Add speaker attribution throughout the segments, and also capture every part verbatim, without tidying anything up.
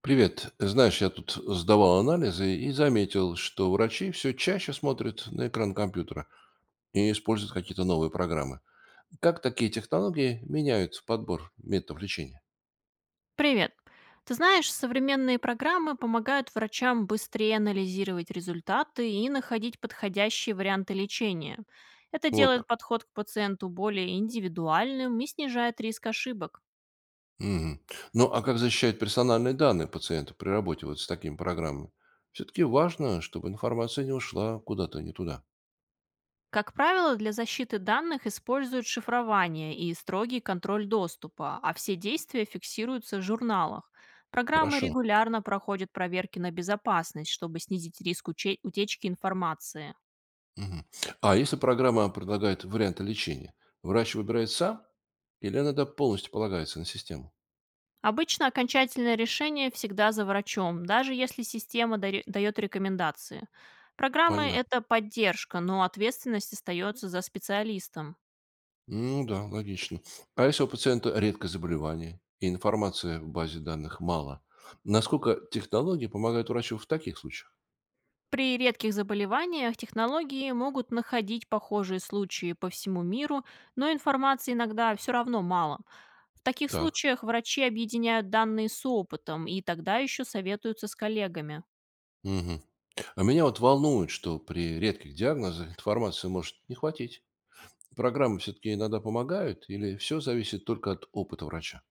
Speaker 1: Привет. Знаешь, я тут сдавал анализы и заметил, что врачи все чаще смотрят на экран компьютера и используют какие-то новые программы. Как такие технологии меняют подбор методов лечения?
Speaker 2: Привет. Ты знаешь, современные программы помогают врачам быстрее анализировать результаты и находить подходящие варианты лечения. Это
Speaker 1: Вот
Speaker 2: делает
Speaker 1: как.
Speaker 2: подход к пациенту более индивидуальным и снижает риск ошибок.
Speaker 1: Мгм. Ну, а как защищать персональные данные пациента при работе вот с такими программами? Все-таки важно, чтобы информация не ушла куда-то не туда.
Speaker 2: Как правило, для защиты данных используют шифрование и строгий контроль доступа, а все действия фиксируются в журналах. Программы
Speaker 1: Хорошо.
Speaker 2: регулярно проходят проверки на безопасность, чтобы снизить риск уче- утечки информации.
Speaker 1: Мгм. А если программа предлагает варианты лечения, врач выбирает сам или она да, полностью полагается на систему?
Speaker 2: Обычно окончательное решение всегда за врачом, даже если система дари- дает рекомендации. Программы –
Speaker 1: Понятно.
Speaker 2: это поддержка, но ответственность остается за специалистом.
Speaker 1: Ну да, логично. А если у пациента редкое заболевание и информации в базе данных мало, насколько технологии помогают врачу в таких случаях?
Speaker 2: При редких заболеваниях технологии могут находить похожие случаи по всему миру, но информации иногда все равно мало. В таких
Speaker 1: Так.
Speaker 2: случаях врачи объединяют данные с опытом и тогда еще советуются с коллегами.
Speaker 1: Мгм. А меня вот волнует, что при редких диагнозах информации может не хватить. Программы все-таки иногда помогают или все зависит только от опыта врача?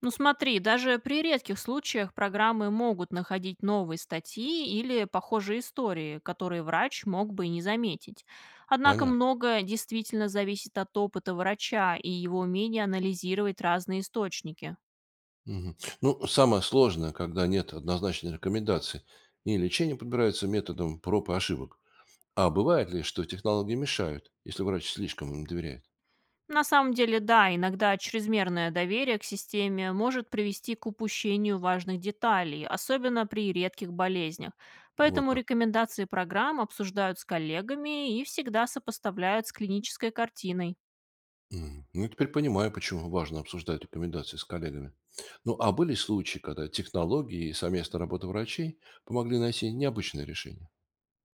Speaker 2: Ну смотри, даже при редких случаях программы могут находить новые статьи или похожие истории, которые врач мог бы и не заметить. Однако
Speaker 1: Понятно.
Speaker 2: многое действительно зависит от опыта врача и его умения анализировать разные источники.
Speaker 1: Мгм. Ну, самое сложное, когда нет однозначной рекомендации, и лечение подбирается методом проб и ошибок. А бывает ли, что технологии мешают, если врач слишком им доверяет?
Speaker 2: На самом деле, да, иногда чрезмерное доверие к системе может привести к упущению важных деталей, особенно при редких болезнях.
Speaker 1: Вот
Speaker 2: Поэтому
Speaker 1: как.
Speaker 2: рекомендации программ обсуждают с коллегами и всегда сопоставляют с клинической картиной.
Speaker 1: М, Ну, я теперь понимаю, почему важно обсуждать рекомендации с коллегами. Ну, а были случаи, когда технологии и совместная работа врачей помогли найти необычное решение?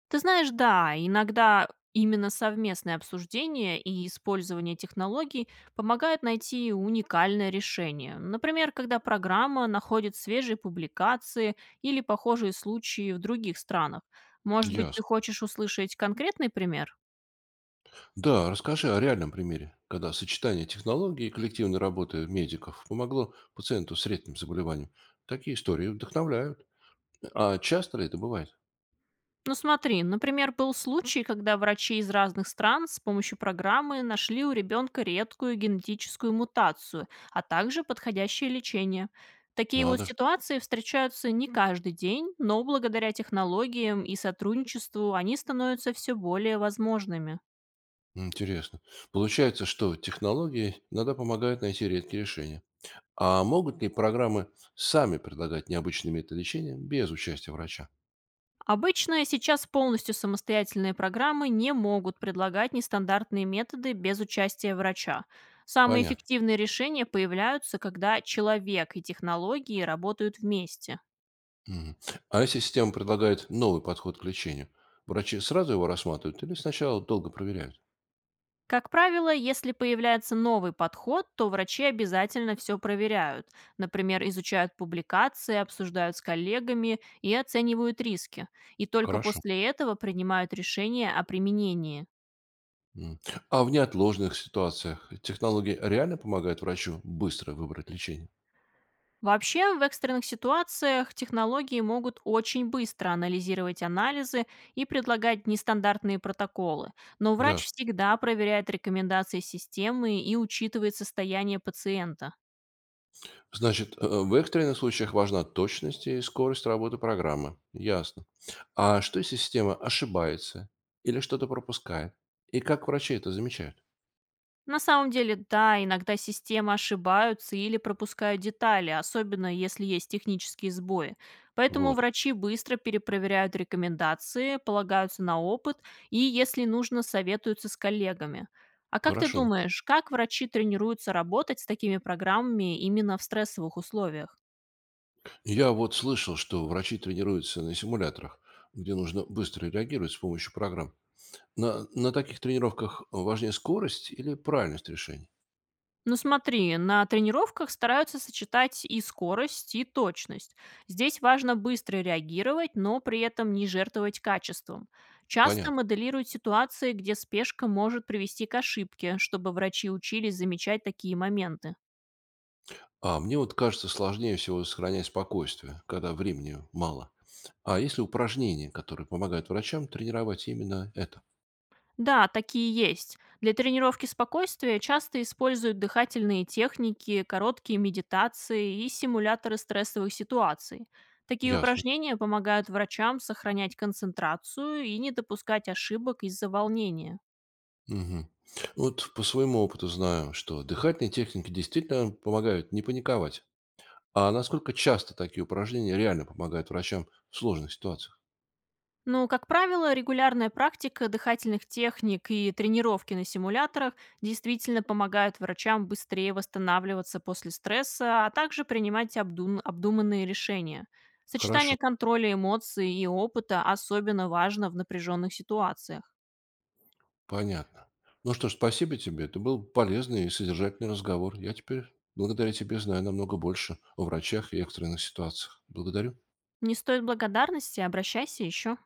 Speaker 2: Ты знаешь, да, иногда именно совместное обсуждение и использование технологий помогают найти уникальное решение. Например, когда программа находит свежие публикации или похожие случаи в других странах. Может быть, ты
Speaker 1: Ясно.
Speaker 2: хочешь услышать конкретный пример?
Speaker 1: Да, расскажи о реальном примере, когда сочетание технологий и коллективной работы медиков помогло пациенту с редким заболеванием. Такие истории вдохновляют. А часто ли это бывает?
Speaker 2: Ну смотри, например, был случай, когда врачи из разных стран с помощью программы нашли у ребенка редкую генетическую мутацию, а также подходящее лечение. Такие вот
Speaker 1: Надо же.
Speaker 2: ситуации встречаются не каждый день, но благодаря технологиям и сотрудничеству они становятся все более возможными.
Speaker 1: Интересно. Получается, что технологии иногда помогают найти редкие решения. А могут ли программы сами предлагать необычные методы лечения без участия врача?
Speaker 2: Обычно сейчас полностью самостоятельные программы не могут предлагать нестандартные методы без участия врача. Самые
Speaker 1: Понятно.
Speaker 2: эффективные решения появляются, когда человек и технологии работают вместе.
Speaker 1: Мгм. А если система предлагает новый подход к лечению, врачи сразу его рассматривают или сначала долго проверяют?
Speaker 2: Как правило, если появляется новый подход, то врачи обязательно все проверяют. Например, изучают публикации, обсуждают с коллегами и оценивают риски. И только
Speaker 1: Хорошо.
Speaker 2: после этого принимают решение о применении.
Speaker 1: М. А в неотложных ситуациях технологии реально помогают врачу быстро выбрать лечение?
Speaker 2: Вообще, в экстренных ситуациях технологии могут очень быстро анализировать анализы и предлагать нестандартные протоколы, но врач
Speaker 1: Ясно.
Speaker 2: всегда проверяет рекомендации системы и учитывает состояние пациента.
Speaker 1: Значит, э, в экстренных случаях важна точность и скорость работы программы. Ясно. А что если система ошибается или что-то пропускает? И как врачи это замечают?
Speaker 2: На самом деле, да, иногда системы ошибаются или пропускают детали, особенно если есть технические сбои. Поэтому
Speaker 1: Вот.
Speaker 2: врачи быстро перепроверяют рекомендации, полагаются на опыт и, если нужно, советуются с коллегами. А как ты
Speaker 1: Хорошо.
Speaker 2: думаешь, как врачи тренируются работать с такими программами именно в стрессовых условиях?
Speaker 1: Я вот слышал, что врачи тренируются на симуляторах, где нужно быстро реагировать с помощью программ. На, на таких тренировках важнее скорость или правильность решений?
Speaker 2: Ну смотри, на тренировках стараются сочетать и скорость, и точность. Здесь важно быстро реагировать, но при этом не жертвовать качеством. Часто
Speaker 1: Понятно.
Speaker 2: моделируют ситуации, где спешка может привести к ошибке, чтобы врачи учились замечать такие моменты.
Speaker 1: А мне вот кажется сложнее всего сохранять спокойствие, когда времени мало. А есть ли упражнения, которые помогают врачам тренировать именно это?
Speaker 2: Да, такие есть. Для тренировки спокойствия часто используют дыхательные техники, короткие медитации и симуляторы стрессовых ситуаций. Такие
Speaker 1: Ясно.
Speaker 2: упражнения помогают врачам сохранять концентрацию и не допускать ошибок из-за волнения.
Speaker 1: Мгм. Вот по своему опыту знаю, что дыхательные техники действительно помогают не паниковать. А насколько часто такие упражнения реально помогают врачам в сложных ситуациях?
Speaker 2: Ну, как правило, регулярная практика дыхательных техник и тренировки на симуляторах действительно помогают врачам быстрее восстанавливаться после стресса, а также принимать обдун- обдуманные решения.
Speaker 1: Хорошо,
Speaker 2: Сочетание контроля эмоций и опыта особенно важно в напряженных ситуациях.
Speaker 1: понятно. Ну что ж, спасибо тебе. Это был полезный и содержательный разговор. Я теперь благодаря тебе знаю намного больше о врачах и экстренных ситуациях. Благодарю.
Speaker 2: Не стоит благодарности, обращайся еще.